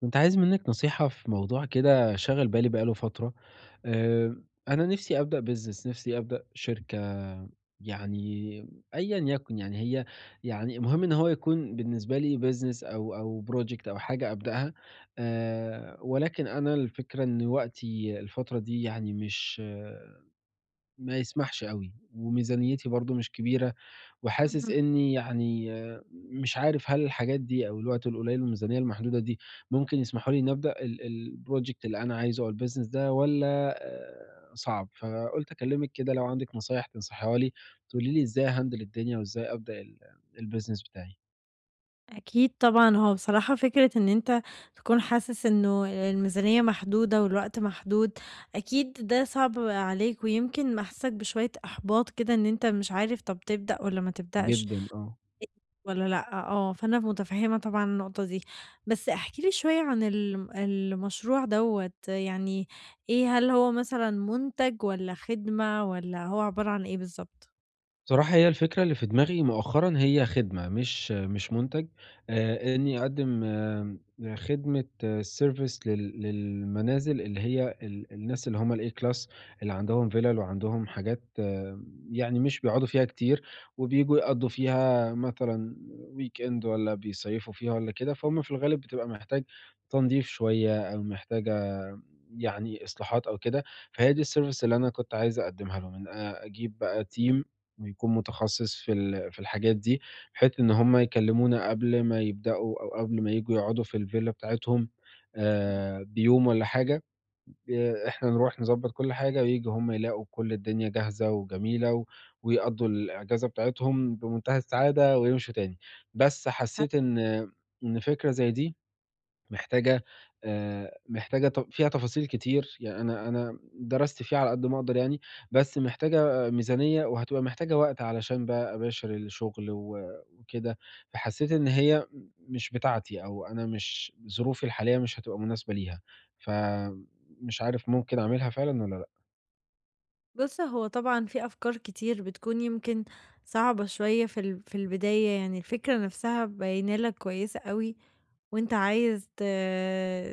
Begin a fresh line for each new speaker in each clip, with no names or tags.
كنت عايز منِّك نصيحة في موضوع كده شاغل بالي بقى له فترة. آآ أنا نِفْسي أبدأ شركة. يعني أيًا يكن، يعني هي يعني المهم إن هو يكون بالنسبة لي business أو project أو حاجة أبدأها. ولكن أنا الفكرة إن وقتي الفترة دي يعني مش ما يسمحش أوي، وميزانيتي برضه مش كبيرة، وحاسس
اهم.
إني مش عارف هل الحاجات دي أو الوقت القليل والميزانية المحدودة دي ممكن يسمحوا لي إني أبدأ الproject اللي أنا عايزه أو الbusiness ده والّا صعب؟ فقُلت أكلمِك كده لو عندِك نصايح تنصحيها لي، تقولي لي إزاي أهندل الدنيا وإزاي أبدأ الbusiness بتاعي.
أكيد طبعًا، هو بصراحة فكرة إن أنت تكون حاسس إنه الميزانية محدودة والوقت محدود، أكيد ده صعب عليك ويمكن محسسك بشوية إحباط كده إن أنت مش عارف طب تبدأ والّا ما تبدأش
جدًا، آه.
والّا لأ، فأنا متفهمة طبعًا النقطة دي. بس احكِ لي شوية عن المشروع دوّة، يعني إيه هل هو مثلًا منتج والّا خدمة والّا هو عبارة عن إيه بالضبط؟
بصراحة هي الفكرة اللي في دماغي مؤخرًا هي خدمة مش مُنتج. إنّي أقدّم خدمة service للمنازل اللي هي الناس اللي هم الA class، اللي عندهم فِلَل وعندهم حاجات، يعني مش بيقعدوا فيها كتير، وبييجوا يقضّوا فيها مثلًا weekend والّا بيصيّفوا فيها والّا كده. فهُم في الغالب بتبقى محتاج تنضيف شوية أو محتاجة يعني إصلاحات أو كده. فهي دي الservice اللي أنا كنت عايز أقدّمها لهم. إن أجيب بقى team ويكون متخصص في في الحاجات دي، بحيث إن هم يكلمونا قبل ما يبدأوا أو قبل ما ييجوا يقعدوا في الفيلا بتاعتهم بيوم والّا حاجة. إحنا نروح نضبّط كل حاجة وييجوا هم يلاقوا كل الدنيا جاهزة وجميلة ويقضّوا الأجازة بتاعتهم بمنتهى السعادة ويمشوا تاني. بس حسّيت إن فكرة زي دي محتاجة، محتاجة ت فيها تفاصيل كتير. يعني أنا درست فيه على قد ما أقدر يعني، بس محتاجة ميزانية، وهتبقى محتاجة وقت علشان بقى أباشر الشغل وكده. فحسيت إن هي مش بتاعتي، أو أنا مش ظروفي الحالية مش هتبقى مناسبة ليها. فمش عارف ممكن أعملها فعلًا والّا لأ؟
بُص، هو طبعًا في أفكار كتير بتكون يمكن صعبة شوية في في البداية، يعني الفكرة نفسها باينة لك كويسة أوي، وأنت عايز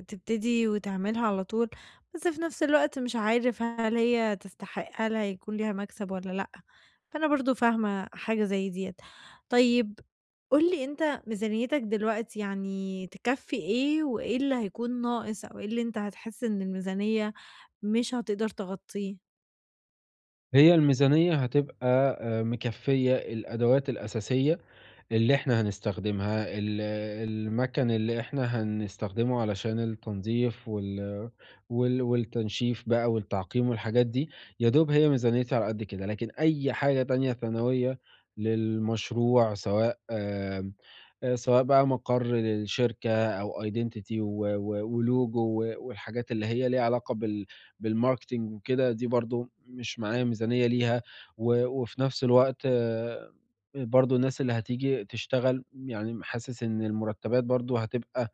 تبتدي وتعملها على طول، بس في نفس الوقت مش عارف هل هي تستحق هل هيكون ليها مكسب والّا لأ، فأنا برضه فاهمة حاجة زي ديّة. طيب قُل لي أنت ميزانيتك دلوقتي يعني تكفّي إيه، وإيه اللي هيكون ناقص أو إيه اللي أنت هتحس إن الميزانية مش هتقدر تغطيه؟
هي الميزانية هتبقى مكفية الأدوات الأساسية اللي إحنا هنستخدمها، المَكَن اللي إحنا هنستخدمه علشان التنضيف والتنشيف بقى والتعقيم والحاجات دي. يا دوب هي ميزانيتي على قد كده، لكن أي حاجة تانية ثانوية للمشروع سواء بقى مقر للشركة أو identity و و وlogo والحاجات اللي هي ليها علاقة بالmarketing وكده. دي برضه مش معايا ميزانية ليها. وفي نفس الوقت برضه الناس اللي هتيجي تشتغل، يعني حاسس إن المرتبات برضه هتبقى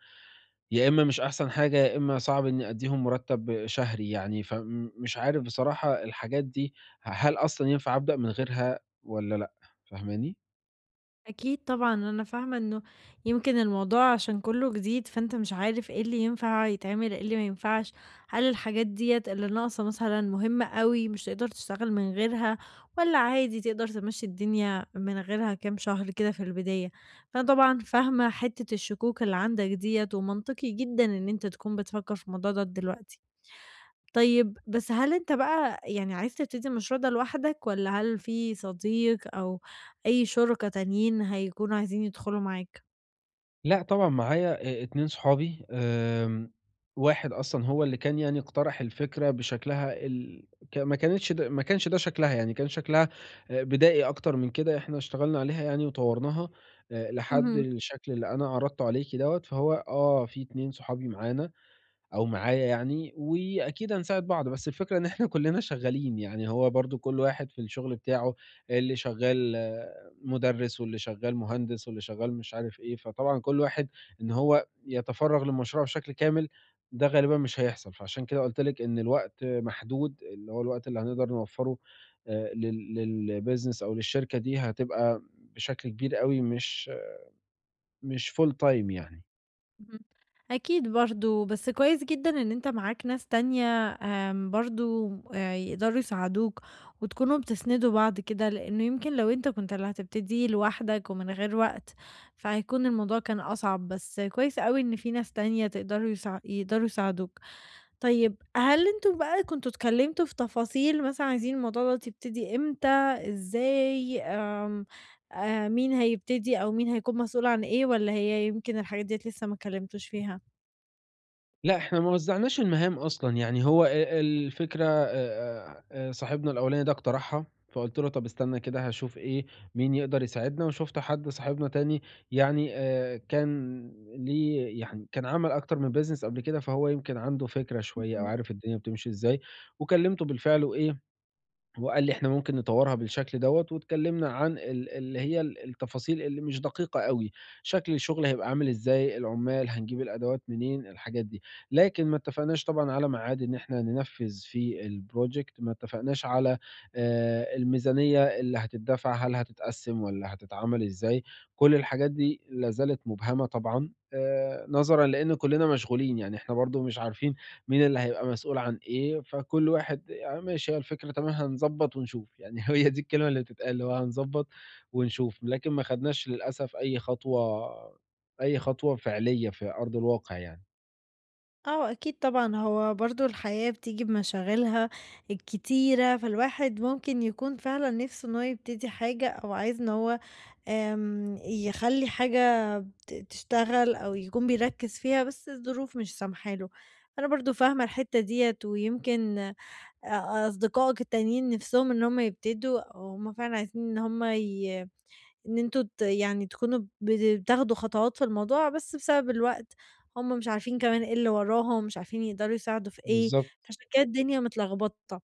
يا إما مش أحسن حاجة، يا إما صعب إني أدّيهم مرتب شهري يعني. فمش عارف بصراحة الحاجات دي هل أصلًا ينفع أبدأ من غيرها والّا لأ؟ فاهماني؟
أكيد طبعًا، أنا فاهمة إنه يمكن الموضوع عشان كلّه جديد، فأنت مش عارف إيه اللي ينفع يتعمل، إيه اللي ما ينفعش، هل الحاجات ديّة اللي ناقصة مثلًا مهمة أوي مش تقدر تشتغل من غيرها، والّا عادي تقدر تمشّي الدنيا من غيرها كام شهر كده في البداية؟ فأنا طبعًا فاهمة حتّة الشكوك اللي عندك ديّة، ومنطقي جدًا إن أنت تكون بتفكّر في الموضوع ده دلوقتي. طيب، بس هل أنت بقى يعني عايز تبتدي المشروع ده لوحدك والّا هل في صديق أو أي شُركا تانيين هيكونوا عايزين يدخلوا معاك؟
لأ طبعًا معايا 2 صحابي. واحد أصلًا هو اللي كان يعني اقترح الفكرة بشكلها ال ك ما كانتش د ما كانش ده شكلها يعني. كان شكلها بدائي أكتر من كده. إحنا اشتغلنا عليها يعني وطوّرناها لحد
اهم،
الشكل اللي أنا عرضته عليكِ دوّة. فهو في 2 صحابي معانا أو معايا يعني، وأكيد هنساعد بعض. بس الفكرة إن إحنا كلّنا شغّالين. يعني هو برضه كل واحد في الشغل بتاعه، اللي شغّال مُدرِّس واللي شغّال مهندس واللي شغّال مش عارف إيه. فطبعًا كل واحد إن هو يتفرّغ للمشروع بشكل كامل، ده غالبًا مش هيحصل. فعشان كده قُلت لِك إن الوقت محدود، اللي هو الوقت اللي هنقدر نوفّره لل للbusiness أو للشركة دي هتبقى بشكل كبير أوي مش full time يعني.
اهم. أكيد برضه، بس كويس جدًا إن أنت معاك ناس تانية برضه يقدروا يساعدوك وتكونوا بتسندوا بعض كده، لإنه يمكن لو أنت كنت اللي هتبتدي لوحدك ومن غير وقت، فهيكون الموضوع كان أصعب، بس كويس أوي إن في ناس تانية تقدروا يقدروا يساعدوك. طيب هل أنتم بقى كنتم اتكلمتوا في تفاصيل مثلًا عايزين الموضوع دوّة يبتدي إمتى، إزاي، مين هيبتدي أو مين هيكون مسؤول عن إيه والّا هي يمكن الحاجات ديّة لسه ما اتكلمتوش فيها؟
لأ، إحنا ما وزّعناش المهام أصلًا. يعني هو الفكرة صاحبنا الأولاني ده اقترحها، فقُلت له: "طَب استنى كده هاشوف إيه مين يقدر يساعدنا." وشُفت حد صاحبنا تاني يعني كان ليه يعني كان عمل أكتر من business قبل كده. فهو يمكن عنده فكرة شوية أو عارف الدنيا بتمشي إزاي. وكلّمته بالفعل وإيه وقال لي: "إحنا ممكن نطوّرها بالشكل دوّة." واتكلّمنا عن ال اللي هي ال التفاصيل اللي مش دقيقة أوي، شكل الشغل هيبقى عامل إزاي، العُمّال، هنجيب الأدوات منين، الحاجات دي. لكن ما اتفقناش طبعًا على ميعاد إن إحنا ننفّذ فيه الproject، ما اتفقناش على الميزانية اللي هتدّفع، هل هتتقسّم والّا هتتعمل إزاي. كل الحاجات دي لا زالت مُبهمة طبعًا نظرًا لإن كُلّنا مشغولين. يعني إحنا برضه مش عارفين مين اللي هيبقى مسؤول عن إيه. فكل واحد ماشي، هي الفكرة تمام هنضبّط ونشوف. يعني هي دي الكلمة اللي بتتقال اللي هو هنضبّط ونشوف، لكن ما خدناش للأسف أي خطوة فعلية في أرض الواقع يعني.
آه، أكيد طبعًا، هو برضه الحياة بتيجي بمشاغلها الكتيرة، فالواحد ممكن يكون فعلًا نِفْسه إن هو يبتدي حاجة أو عايز إن هو يخلّي حاجة تشتغل أو يكون بيركّز فيها، بس الظروف مش سامحة له. أنا برضه فاهمة الحتّة ديّة، ويمكن أصدقائك التانيين نِفْسهم إن هم يبتدوا أو هم فعلًا عايزين إن هم ي إن أنتم يعني تكونوا بتاخدوا خطوات في الموضوع، بس بسبب الوقت هم مش عارفين كمان إيه اللي وراهم، مش عارفين يقدروا يساعدوا في إيه،
بالضبط.
فعشان كده الدنيا متلخبطة.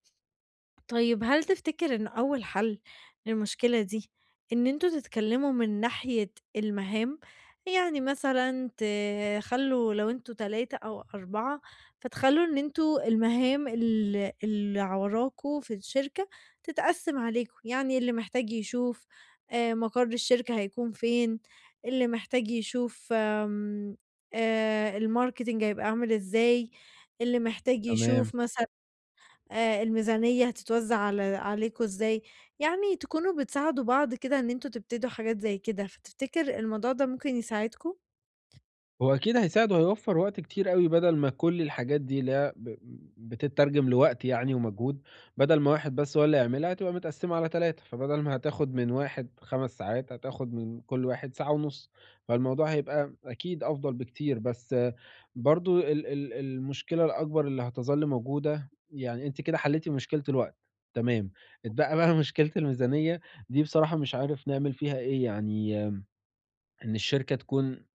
طيب هل تفتكر إن أول حل للمشكلة دي إن أنتم تتكلموا من ناحية المهام؟ يعني مثلًا تخلّوا لو أنتم 3 أو 4 فتخلّوا إن أنتم المهام ال اللي وراكم في الشركة تتقسّم عليكم، يعني اللي محتاج يشوف مقر الشركة هيكون فين، اللي محتاج يشوف آمم الmarketing هيبقى عامل إزاي، اللي محتاج
تمام.
يشوف مثلًا الميزانية هتتوزّع عليكم إزاي، يعني تكونوا بتساعدوا بعض كده إن أنتم تبتدوا حاجات زي كده، فتفتكر الموضوع ده ممكن يساعدكم؟
هو أكيد هيساعد وهيوفّر وقت كتير أوي بدل ما كل الحاجات دي اللي هي بتتّرجم لوقت يعني ومجهود. بدل ما واحد بس هو اللي يعملها هتبقى متقسّمة على 3. فبدل ما هتاخد من واحد 5 ساعات هتاخد من كل واحد ساعة ونُص. فالموضوع هيبقى أكيد أفضل بكتير. بس برضه ال ال المشكلة الأكبر اللي هتظَل موجودة. يعني أنتِ كده حلّيتِ مشكلة الوقت، تمام. اتبقى بقى مشكلة الميزانية دي بصراحة مش عارف نعمل فيها إيه. يعني إن الشركة تكون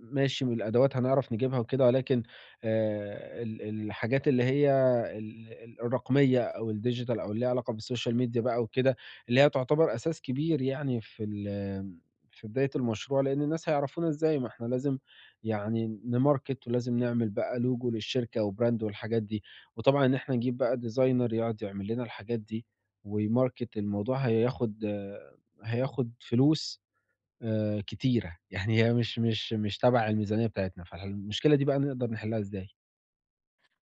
ماشي من الأدوات هنعرف نجيبها وكده، ولكن ال الحاجات اللي هي ال ال الرقمية أو الdigital أو اللي ليها علاقة بالsocial media بقى وكده، اللي هي تعتبر أساس كبير يعني في في بداية المشروع. لإن الناس هيعرفونا إزاي؟ ما إحنا لازم يعني نmarket ولازم نعمل بقى logo للشركة وbrand والحاجات دي. وطبعًا إن إحنا نجيب بقى designer يقعد يعمل لنا الحاجات دي ويmarket الموضوع هياخد فلوس كتيرة. يعني هي مش تبع الميزانية بتاعتنا. فالمشكلة دي بقى نقدر نحلها إزاي؟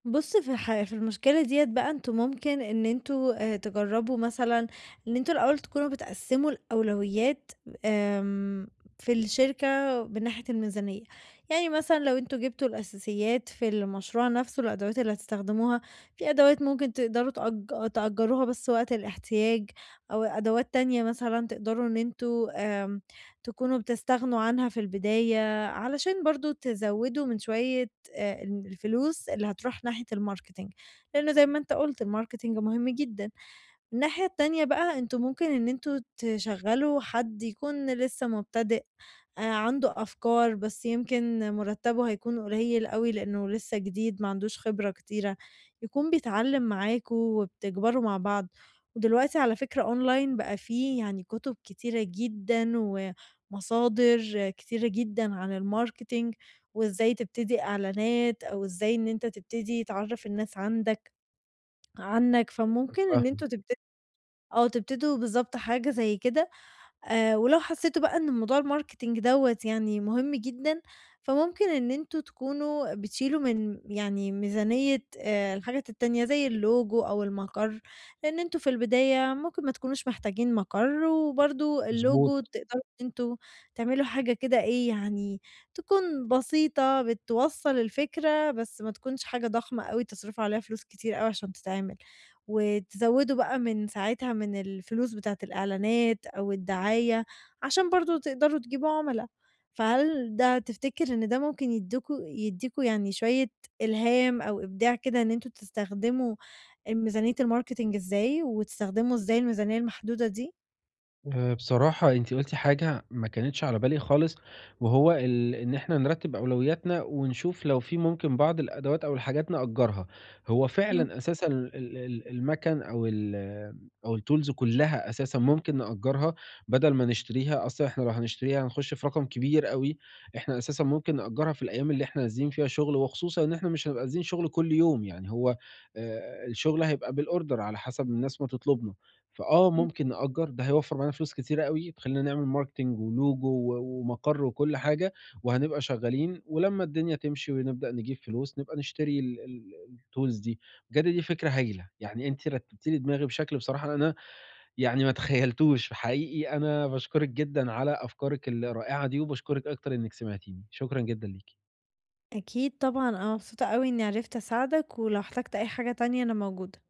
بُص في في المشكلة ديّة بقى أنتم ممكن إن أنتم تجرّبوا مثلًا إن أنتم الأول تكونوا بتقسّموا الأولويات آمم في الشركة من ناحية الميزانية، يعني مثلًا لو أنتم جبتوا الأساسيات في المشروع نفسه، الأدوات اللي هتستخدموها، في أدوات ممكن تقدروا تأجّروها بس وقت الاحتياج، أو أدوات تانية مثلًا تقدروا إن أنتم تكونوا بتستغنوا عنها في البداية، علشان برضه تزوّدوا من شوية الفلوس اللي هتروح ناحية الmarketing، لإنه زي ما أنت قُلت الmarketing مهم جدًا. الناحية التانية بقى أنتم ممكن إن أنتم تشغّلوا حد يكون لسه مبتدئ، عنده أفكار بس يمكن مُرتّبه هيكون قليل أوي لإنه لسه جديد ما عندوش خبرة كتيرة، يكون بيتعلّم معاكم وبتكبروا مع بعض، ودلوقتي على فكرة أونلاين بقى في يعني كُتب كتيرة جدًا ومصادر كتيرة جدًا عن الmarketing وإزاي تبتدي إعلانات أو إزاي إن أنت تبتدي تعرّف الناس عندك عنّك، فممكن إن
فاهمك.
أنتم تب آه، تبتدوا بالضبط حاجة زي كده، ولو حسيتوا بقى إن موضوع الmarketing دوّة يعني مهم جدًا، فممكن إن أنتم تكونوا بتشيلوا من يعني ميزانية الحاجات التانية زي اللوجو أو المقر، لإن أنتم في البداية ممكن ما تكونوش محتاجين مقر، وبرضه
مضبوط.
اللوجو تقدروا إن أنتم تعملوا حاجة كده إيه، يعني تكون بسيطة بتوصّل الفكرة، بس ما تكونش حاجة ضخمة أوي تصرفوا عليها فلوس كتير أوي عشان تتعمل. وتزوّدوا بقى من ساعتها من الفلوس بتاعة الإعلانات أو الدعاية، عشان برضه تقدروا تجيبوا عُملا، فهل ده تفتكر إن ده ممكن يدّيكوا يعني شوية إلهام أو إبداع كده إن أنتم تستخدموا ميزانية الmarketing إزاي، وتستخدموا إزاي الميزانية المحدودة دي؟
بصراحة أنتِ قُلتِ حاجة ما كانتش على بالي خالص، وهو إن إحنا نرتّب أولوياتنا ونشوف لو في ممكن بعض الأدوات أو الحاجات نأجّرها. هو
إمم،
فعلًا أساسًا المَكَن أو الtools كلّها أساسًا ممكن نأجّرها بدل ما نشتريها. أصلًا إحنا لو هنشتريها هنخش في رقم كبير أوي. إحنا أساسًا ممكن نأجّرها في الأيام اللي إحنا نازلين فيها شغل، وخصوصًا إن إحنا مش هنبقى نازلين شغل كل يوم. يعني هو الشغل هيبقى بالorder على حسب الناس ما تطلبنا. فآه
إمم.
ممكن نأجّر، ده هيوفّر معانا فلوس كتيرة أوي، تخلّينا نعمل marketing وlogo ومقر وكل حاجة، وهنبقى شغّالين. ولمّا الدنيا تمشي ونبدأ نجيب فلوس نبقى نشتري ال ال الtools دي. بجد دي فكرة هايلة. يعني أنتِ رتّبتِ لي دماغي بشكل بصراحة أنا يعني ما تخيّلتوش. حقيقي أنا باشكرِك جدًا على أفكارِك الرائعة دي، وباشكرِك أكتر إنِّك سمعتيني. شكرًا جدًا ليكِ.
أكيد طبعًا، أنا مبسوطة أوي إني عرفت أساعدك، ولو احتجت أي حاجة تانية أنا موجودة.